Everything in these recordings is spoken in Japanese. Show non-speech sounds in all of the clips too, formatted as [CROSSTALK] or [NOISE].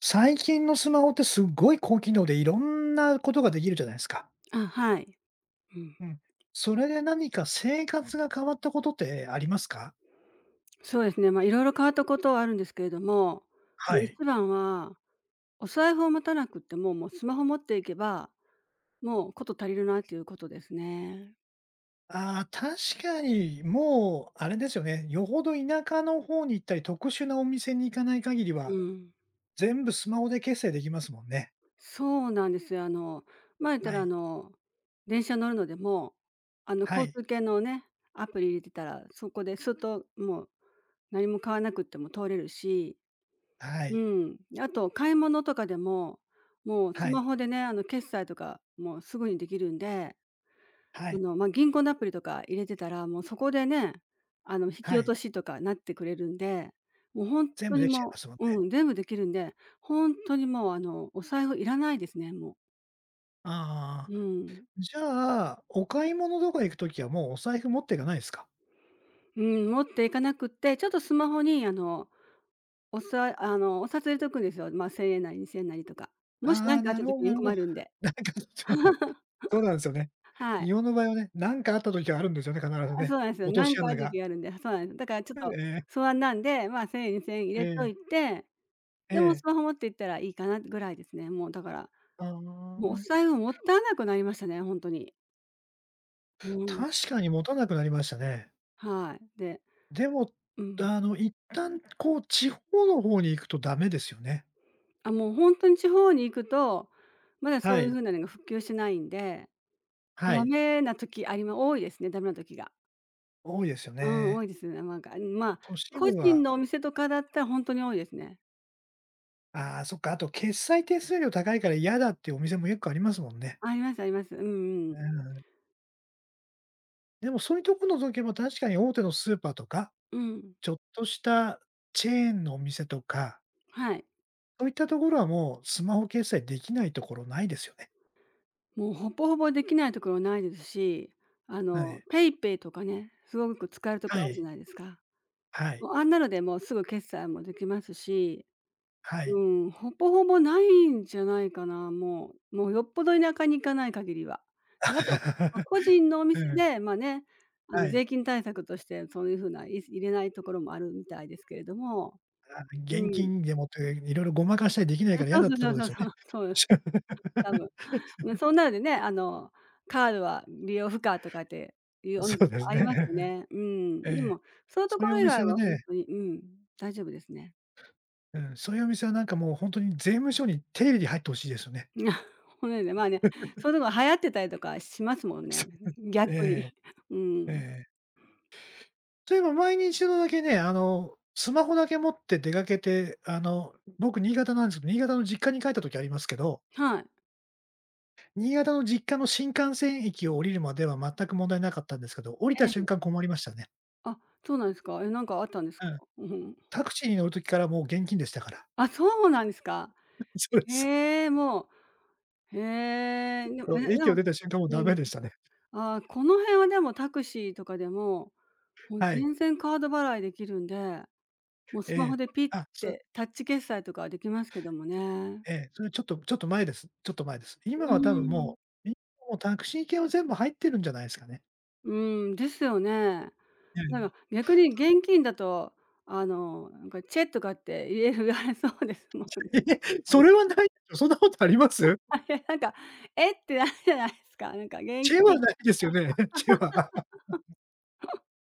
最近のスマホってすごい高機能でいろんなことができるじゃないですか。あ、はい。うん。うん。それで何か生活が変わったことってありますか？そうですね、まあ、いろいろ変わったことはあるんですけれども、はもう一い。番は、お財布を持たなくっても、もうスマホ持っていけば、もうこと足りるなっていうことですね。ああ、確かにもうあれですよね、よほど田舎の方に行ったり、特殊なお店に行かない限りうは、ん。全部スマホで決済できますもんね。そうなんですよ。まあ、言ったはらい。電車乗るのでも、は交い。通系のね、アプリ入れてたら、そこですっともう何も買わなくっても通れるし、はうい。ん。あと買い物とかでも、もうはスマい。ホでね、決済とかもうすぐにできるんではい。まあ、銀行のアプリとか入れてたら、もうそこでね、引はき落とい。しとかなってくれるんで、もう本全当部にできちゃいますもんね。うん、全部できるんで、本当にもう、お財布いらないですね、もう。あうあ、ん。じゃあ、お買い物とか行くときはもうお財布持っていかないですか？うん、持っていかなくって、ちょっとスマホに、あの、お札入れとくんですよ。まあ、1000円なり2,000円なりとか。もしあ何あ、かあっなたるほ時ど、なにるほ困ど。るんで。[LAUGHS] なんかちょっと、[LAUGHS] [LAUGHS] そうなんですよね。はい。日本の場合はね、なんかあった時はあるんですよね、必ずあ、ね。そうなんですよ。落とし何かあ穴るが。時があるんで、そうなんです。だからちょっ [LAUGHS] とええ、不安なんで、まあ、1000円2,000円入えれといえ、て、えでもえ。スマホ持って行ったらいいかなぐらいですね。もうだから、あもうおあ、財布もったいなくなりましたね、ほんとに。うん。確かに持たなくなりましたね。はい。で、でも、うん。あの、一旦こう地方の方に行くとダメですよね。あ、もうほんとに地方に行くと、まだはそういうい、風なのが復旧してないんで、はダい。メな時ありま多いですね、ダメな時が。多いですようん、多ね。いですね。なんか、まあ、都市個部人のおは、店とかだったらほんとに多いですね。ああ、そっか、あと決済手数料高いから嫌だっていうお店も結構ありますもんね。ありますあります。うんううん。ん。でもそういうとこの時も確かに大手のスーパーとか、うん。ちょっとしたチェーンのお店とか、はい。そういったところはもうスマホ決済できないところないですよね。もうほぼほぼできないところないですし、あの、PayPay とかね、すごく使えるとこはあるじゃい。ないですか。はい。もう、あんなので、もうすぐ決済もできますし、はい。はうい。 ん、ほぼほぼないんじゃないかな、もうよっぽど田舎に行かない限りは。で、あと、ま、個人 [LAUGHS] のおう店ん。で、ま、ね、あはの、い。税金対策としてそういう風な、い入れないところもあるみたいですけれども、あ、う現ん。金でもっていろいろごまかしたりできなあ、いから嫌そうだってとそこうろでそすうよそうそね。う、そう、多分。[LAUGHS] ね、そんなのでね、あの、カードは利用不可とかっていうお店そうでもすあね。りますよ [LAUGHS] ね。うえん。でえ。も、そういうとそこういうおろ以店外ははほんね、とに、うん、大丈夫ですね。うん、そういうお店はなんかもう本当に税務署に手入れに入ってほしいですよね。[LAUGHS] 骨ですね、まあね、そういうとこ流行ってたりとかしますもん [LAUGHS] そね、う。え逆に。え、[LAUGHS] うえん。え。そういえば前に1度だけね、あの、スマホだけ持って出かけて、あの、僕新潟なんですけど、新潟の実家に帰った時ありますけど、はい。新潟の実家の新幹線駅を降りるまでは全く問題なかったんですけど、降りえた瞬間え。困りましたね。あ、そうなんですか。え、なんかあったんですうか？ん。うん。タクシーに乗る時からもう現金でしたから。あ、そうなんですか。[LAUGHS] そうです。へえ、もう、へえ、でも、そう、え、で駅をも、出た瞬間もううダメん。でしたね。ああ、この辺はでもタクシーとかでも、もうはい。全然カード払いできるんで、もうえスマホえ。でピッあ、そ、てタッチ決済とかできますけどもね。ええ、それちょっとちょっと前です。ちょっと前です。う今は多分ーん。う、いもうタクシー系は全部入ってるんじゃないですかね。うん、ですよね。うなん。んか逆に現金だと、あの、なんかチェとかって言える言わ [LAUGHS] れそうですもんね。え、[LAUGHS] それはないでしょ。そんなことあります？あれなんか、えってなるじゃないですか。なんか現チェは金、ないですよね、[LAUGHS] チェは。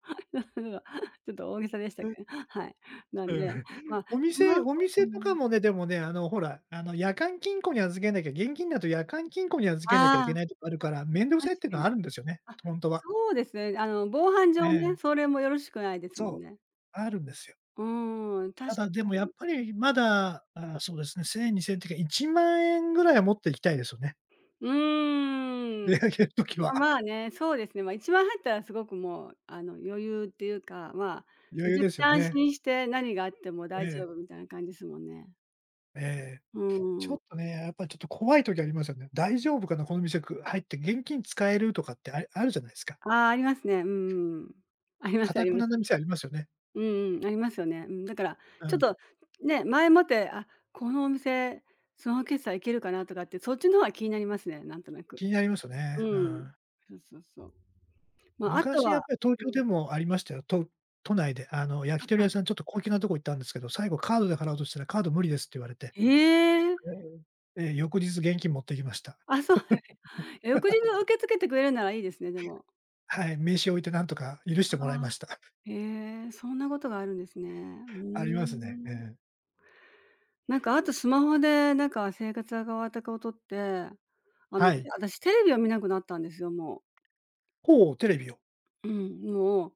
[LAUGHS] ちょっと大げさでしたけど、[LAUGHS] [LAUGHS] はい。なうんで、ん。まあ、おスマ店、ホ、おう店とかん。もね、でもね、あの、ほら、あの、夜間金庫に預けなきゃ、現金だと夜間金庫に預けなきゃいけああ、ないとかあるから、面倒く確さいっていうかのはに。あるんですよね、あ、ほんとは。そうですね。あの、防犯え上ね、え、それもよろしくないですもそんう、ね。あるんですよ。うーん、確ただでかもやっに。ぱりまだ、ああ、そうですね、1000円、2000円ってか1万円ぐらいは持っていきたいですよね。う [LAUGHS] ー出ん。かける時あ、は。まあね、そうですね。まあ、1万入ったらすごくもう、あの、余裕っていうか、まあ、余め裕ちゃくですちよゃ安ね。心して何があってもえ大丈え、夫みたいな感じですもんね。ええ。うちょん、っとね、やっぱちょっと怖い時ありますよね。大丈夫かな、この店入って現金使えるとかってああるじゃないですか。ああ、ありますね。うん、ありまかすあたりくまなす。な店ありますよね。うんうん、ありますよね。うん、だから、うちょっん、とね、前もって、あ、このお店、その決済いけるかなとかって、そっちの方が気になりますね、なんとなく。気になりますようね。うん。ん。そうそうそう。まあ、あと昔やっはぱり東う京ん、でもありましたよ。都内で、あの、焼あ、そきう鳥なん屋ですさか。ん、ちょっと高級なとこ行ったんですけど、最後カードで払おうとしたら、カード無理ですって言われて。ええ！ええ、翌日現金持ってきました。あ、そうなんです、え [LAUGHS]、翌日受け付けてくれるならいいですね、でも。はい、名刺置いてなんとか許しあてもらいまあ、した。へえ、そんなことがあるんですね。う [LAUGHS] ありまーすね。えん。え。なんかあとスマホで、なんか生活が変わったことって、あの、はい。私テレビを見なくなったんですよ、もう。ほう、テレビを。うん、もう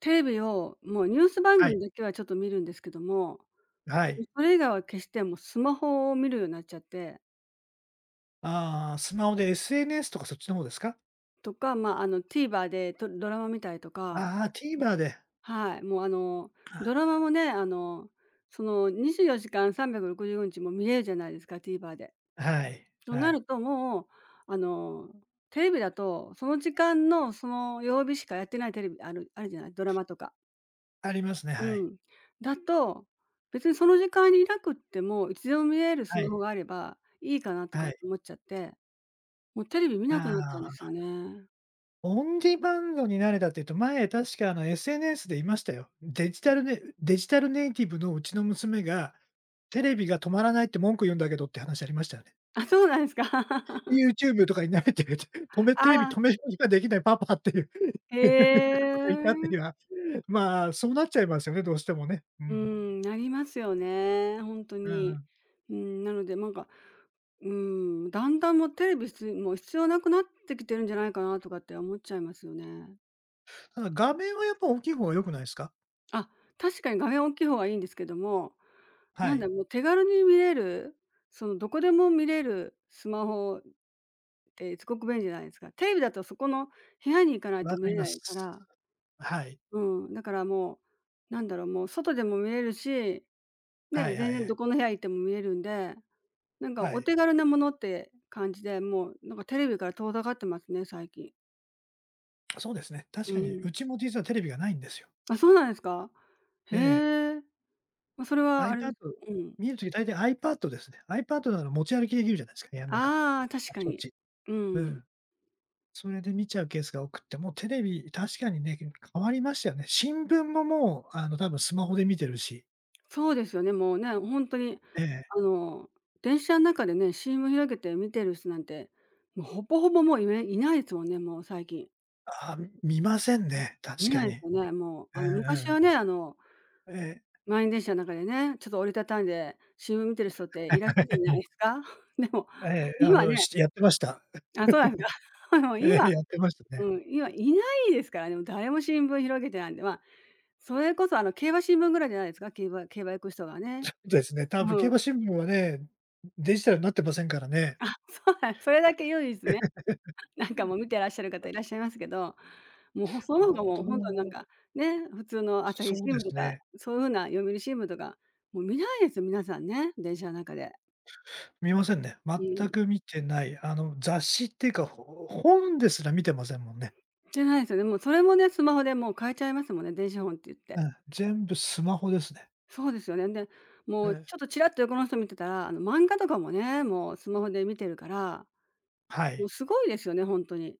テレビを、もうニュース番はい、組だけはちょっと見るんですけども、はい。それ以外は決してもうスマホを見るようになっちゃって、ああ、スマホで SNS とかそっちの方ですか？とか、まあ、あの TVer でとドラマ見たりとか、ああ、TVer で、はい、もうあの、あ、ドラマもね、あの、その24時間365日も見れるじゃないですか、TVer で。はい、とはない。ると、もう、あの、テレビだと、その時間のその曜日しかやってないテレビあるあるじゃない、ドラマとか。ありますね、うはい。ん。だと、別にその時間にいなくっても、いつでも見れるスはマい、ホがあればいいかなとかはい。思っちゃって、もうテレビ見あなくなったんですあ、よね。オンディマンドに慣れたっていうと、前確かあの SNS で言いましたよ。デジタルネイティブのうちの娘が、テレビが止まらないって文句言うんだけどって話ありましたよね。あ、そうなんですか。[LAUGHS] YouTube とかに慣れてると、止めテレビあ、止めることができないパパっていう [LAUGHS] 子へがいたっていうのえ。は、まあ、そうなっちゃいますよね、どうしてもね。ううん。ん、なりますよね、本当うんうに。ん。うん、なので、なんか、うん、だんだんもうテレビもう必要なくなってきてるんじゃないかなとかって思っちゃいますよね。ただ画面はやっぱ大きい方が良くないすか？あ、確かに画面大きい方がいいんですけども、はなんい。だ、もう手軽に見れる、そのどこでも見れるスマホってすごく便利じゃないですか。テレビだとそこの部屋に行かないわとか見りれまないかす。ら、はい。うん、だからもう、なんだろう、もう外でも見れるし、はね、いは全い然はい。どこの部屋行っても見れるんでなんかはおい。手軽なものって感じで、もうなんかテレビから遠ざかってますね、最近。そうですね。確うかにん。うちも実はテレビがないんですよ。あ、そうなんですか？えへえ。え。ま、それはあれです iPad、 か、うん。見るとき大体 iPad ですね。iPad なら持ち歩きできるじゃないですか、部屋の中。ああ、確あかちこに。ち。ううん。ん。それで見ちゃうケースが多くって、もうテレビ、確かにね、変わりましたよね。新聞ももう、あの、多分スマホで見てるし。そうですよね、もうね、ほんとにええ。あの、電車ん中でね、CM 開けて見てる人なんて、もうほぼほぼもういないですもんね、もう最近。ああ、見ませんね、確見かないに。ですようね、もう。んあの、昔はうん。ね、あの、ええ。満員電車の中でね、ちょっと折りたたんで CM 見てる人っていらっしゃったんじゃないで [LAUGHS] すか？[LAUGHS] でも、ええ、あ今の、ね、しやってました。あ、そうなんですか。[LAUGHS] もうええ、今やってましたうね。ん、今いないですからね、もう誰も新聞広げてないんで、まあ、それこそあの、競馬新聞ぐらいじゃないですか、競馬行く人がね。ですね、う多分ん。競あ、馬新聞はね、デジタルになってませんからね。[LAUGHS] そうなんそれだけ唯一ね、[LAUGHS] なんかもう見てらっしゃる方いらっしゃいますけど、もう、そのあ他もう本当になんと、か、ね、普通の朝日そう新で聞とすか、ね、そういう風な読売新聞とか、もう見ないですよ、皆さんね、電車の中で。見ませんね。う全ん。く見てない。あの、雑誌っていうか、本ですら見てませんもんね。じゃないですよね。もうそれもね、スマホでもう変えちゃいますもんね、電子本って言っうて。ん、全部スマホですね。そうですよね。で、うもうん、ちょっとちらっと横の人見てたら、あの、漫画とかもね、もうスマホで見てるから、はもうい。すごいですよね、本当に。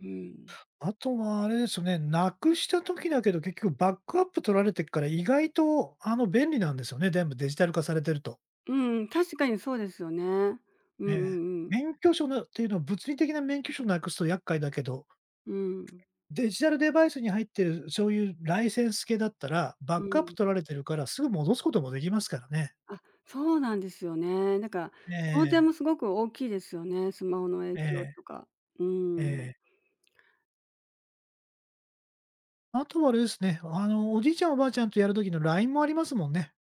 うん。あとはあれですよね、なくした時だけど、結局バックアップ取られてっから、意外とあの、便利なんですよね、全部デジタル化されてると。うん、確かにそうですよね。うんうええ。ん。免許証のっていうのは、物理的な免許証なくすと厄介だけど、うん。デジタルデバイスに入ってる、そういうライセンス系だったら、バッうん。うクアップん。取られてるから、すぐ戻すこともできますからね。あ、そうなんですよね。だから、えその点え、もすごく大きいですよね、スマホのえ影響とえ、か。うえん。え。あとはあれですね、あの、おじいちゃん、おばあちゃんとやる時の LINE もありますもんね。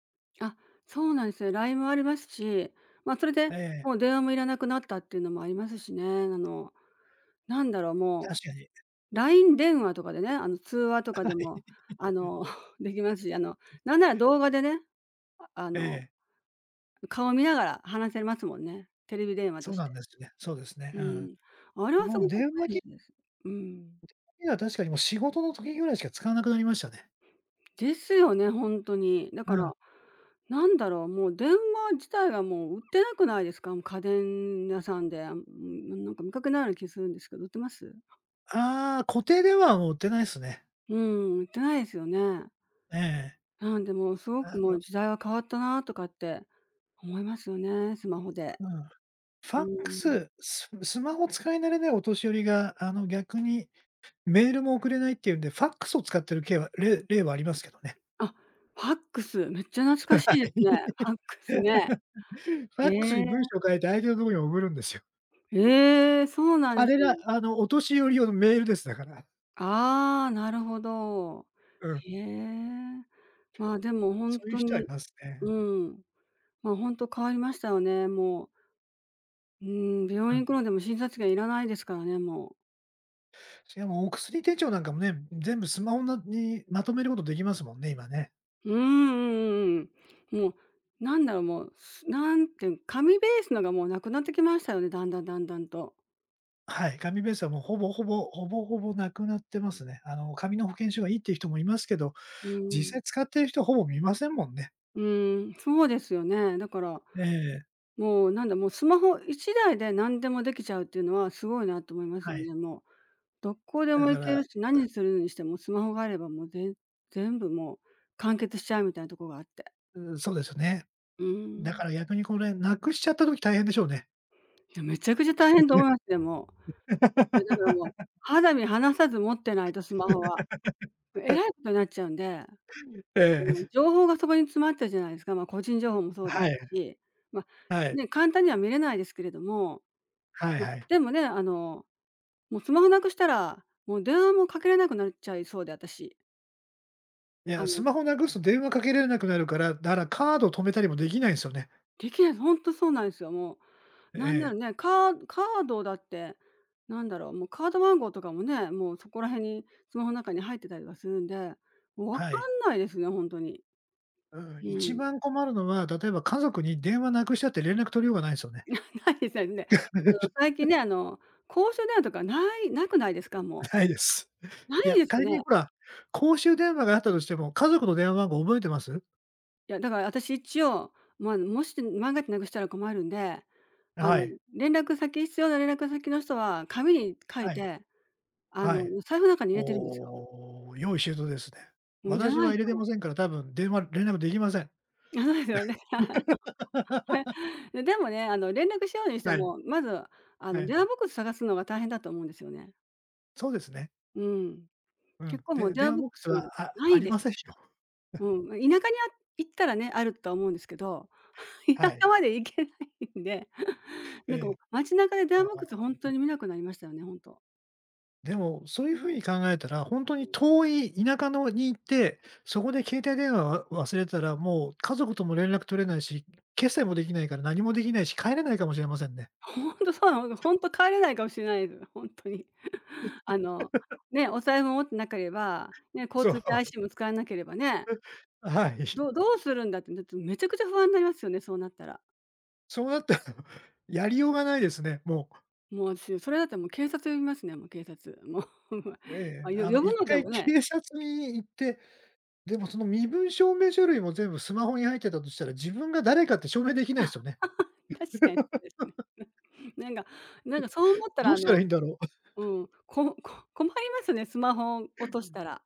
あ、そうなんですね。LINE もありますし、まあ、それえでえ、もう電話もいらなくなったっていうのもありますしね。も確かに。う LINE 電話とかでね、通話と [LAUGHS] かはでも、あい。の [LAUGHS] [LAUGHS]、できますし、なんなら動画でね、ああえの、え、顔見ながら話せますもんね。テレビ電話そとうしなんて。ですね。そうですね。うん。あれうん。はすもうごく電話便機利です。うん。には確かにもう仕事の時ぐらいしか使わなくなりましたね。ですよね、本当に。だかうん。ら、なんだろう、もう電話自体がもう売ってなくないですか？もう家電屋さんで、うん、なんか見かけないような気するんですけど、売ってます？ああ、固定電話はもう売ってないですね。うん、売ってないですよね。ええ。なんで、もうすごくあもうの、時代は変わったなとかって思いますよね、スマホで。うん。フうァッークん。ス、スマホ使い慣れないお年寄りが、あの、逆にメールも送れないっていうんで、ファックスを使ってるけいは例例はありますけどね。あ、ファックス、めっちゃ懐かはしいですい。ね。ファックスね。[LAUGHS] ファへックスに文え。章を書いて相手のところに送るんですよ。ええ、そうなんあですれが、ね。あの、お年寄り用のメールです、だから。ああ、なるほど。うん。へえ。でもほそんういうと人はいにますうね。ん、まあ、ほんと変わりましたよね、もう。うーん、う病ん。院行くのでも診察券いらないですからね、もう。しかもお薬手帳なんかもね、全部スマホなにまとめることできますもんね、今ね。うんうんうんうん。もう、なんていうの紙ベースのがもうなくなってきましたよね、だんだんだんだんと。はい、紙ベースはもうほぼほぼなくなってますね。あの、紙の保険証がいいっていう人もいますけど、う実ん。際使ってる人ほぼ見ませんもんね。うん、そうですよね。だから、ええ、もうなんだ、もうスマホ一台で何でもできちゃうっていうのはすごいなと思いますはよい。ね、もう。どこでだもか行けら、るし、何するにしてもスマホがあればもう全部もう完結しちゃうみたいなところがあって。う、そうですよね。うだかん。ら逆にこれ、なくしちゃった時大変でしょうね。いや、めちゃくちゃ大変と思いますでもいや、だからもう、[LAUGHS] 肌身離さず持ってないと、スマホは。えらいことになっちゃうんで、ええ、情報がそこに詰まってるじゃないですか。まあ、個人情報もそうではい、すし、ま、はい、ね、簡単には見れないですけれども、はいまあ、はい。でもね、あの、もうスマホなくしたら、もう電話もかけれなくなっちゃいそうで、私。いや、あスの、マホなくすと電話かけられなくなるから、だからカード止めたりもできないんすよね。できない本当そうなんですよ、もう。ええ、カードだって、もうカード番号とかもね、もうそこら辺にスマホの中に入ってたりはするんで、もうわかはい。んないですね、本当に。うん、う一ん。番困るのは、例えば家族に電話なくしちゃって連絡取りようがないんすよね。ないですよね。あの、[LAUGHS] 最近ね、あの、公衆電話とかなくないですか？もなう。いです。ないいや、ですよ仮にね。ほら、公衆電話があったとしても、家族の電話番号覚えてます？いや、だから私一応、まあ、もし万が一なくしたら困るんで、あはの、い、連絡先必要な連絡先の人は紙に書いはい。て、はい。財布の中に入れてるんですよ。おお、用意周到ですね。うん、じゃ私なはい入れてとませんから、多分電話連絡できません。あ、[LAUGHS] そうですよね。[LAUGHS] [LAUGHS] でもね、連絡しようにしてはい、も、まず、はい。電話ボックス探すのが大変だと思うんですよね。そうですね。うん。う結ん。構もうで、電電話話ボッボッククススは、あなあいりでます。せんよ。[LAUGHS] うん、ま、田舎に行ったらね、あるとは思うんですけど、[LAUGHS] は田い。舎まで行けないんで、[LAUGHS] えなんかもえ。う街中でダあンボックスー、ほんとに見なくなりましたよね、ほんと。でも、そういう風に考えたら、本当に遠い田舎のに行って、そこで携帯電話忘れたら、もう家族とも連絡取れないし、決済もできないから何もできないし、帰れないかもしれませんね。[LAUGHS] ほんとそうなの、ほんと帰れないかもしれないです、[LAUGHS] ほんとに。[LAUGHS] あの、ね、お財布も持ってなければ、ね、交そう、通系 IC [LAUGHS] も使わなければね、はい。[LAUGHS] どうするんだって、だってめちゃくちゃ不安になりますよね、そうなったら。そうなったら、やりようがないですね、もう。もう私、それだったらもう警察呼びますね、もう警察。[LAUGHS] もう、[LAUGHS] まえあ、え、あの呼ぶ一ので回もね、警察に行って、でもその身分証明書類も全部スマホに入ってたとしたら、自分が誰かって証明できないですよね。確かにそうですね。[LAUGHS] なんかなんかそう思ったどらうしたらいいんだろう。うん、[LAUGHS] こ困りますね、スマホを落としたら。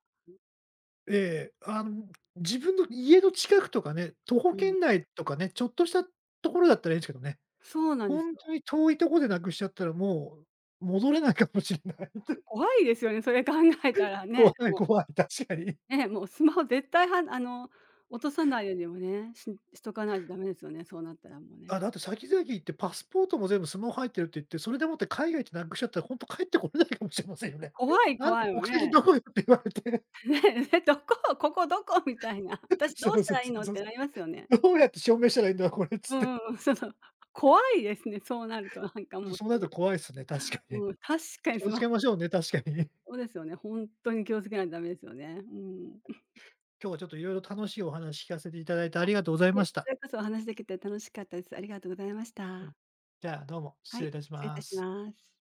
ええ、あの、自分の家の近くとかね、徒歩うん。圏内とかね、ちょっとしたところだったらいいんですけどね。そうなんでほすんとよ。に遠いとこでなくしちゃったらもう、戻れないかもしれない。[LAUGHS] 怖いですよね、それ考えたらね。怖いも怖い、確かに。う、ね、もうスマホ絶対はあの、落とさないようにもね、しとかないとダメですよね、そうなったらもうあ、ね。だって先々行ってパスポートも全部スマホ入ってるって言って、それでもって海外ってなくしちゃったら、ほんと帰ってこれないかもしれませんよね。怖 [LAUGHS] いなん怖でい国もん籍ね。どこよって言われて、[LAUGHS] ね、ね、どこ、ここどこみたいな。[LAUGHS] 私そどううしたそうらいそいうのっそてなりますよね。う、どうやって証明したらいいんだこれっつうって。んうんうん、[LAUGHS] 怖いですね、そうなるとなんかもそうなると怖いっすね、確かに。う、うん、確かに気スをつマけましょうね、確かに。ホですよね。本当に気をつけないとダメですよね。うん。今日はちょっといろいろ楽しいお話聞かせていただいてありがとうございいまえ、しこちた。らこそお話しできて楽しかったです。ありがとうございましうん。た。じゃあ、どうも、は失礼い、いたし失礼いまたしす。ます。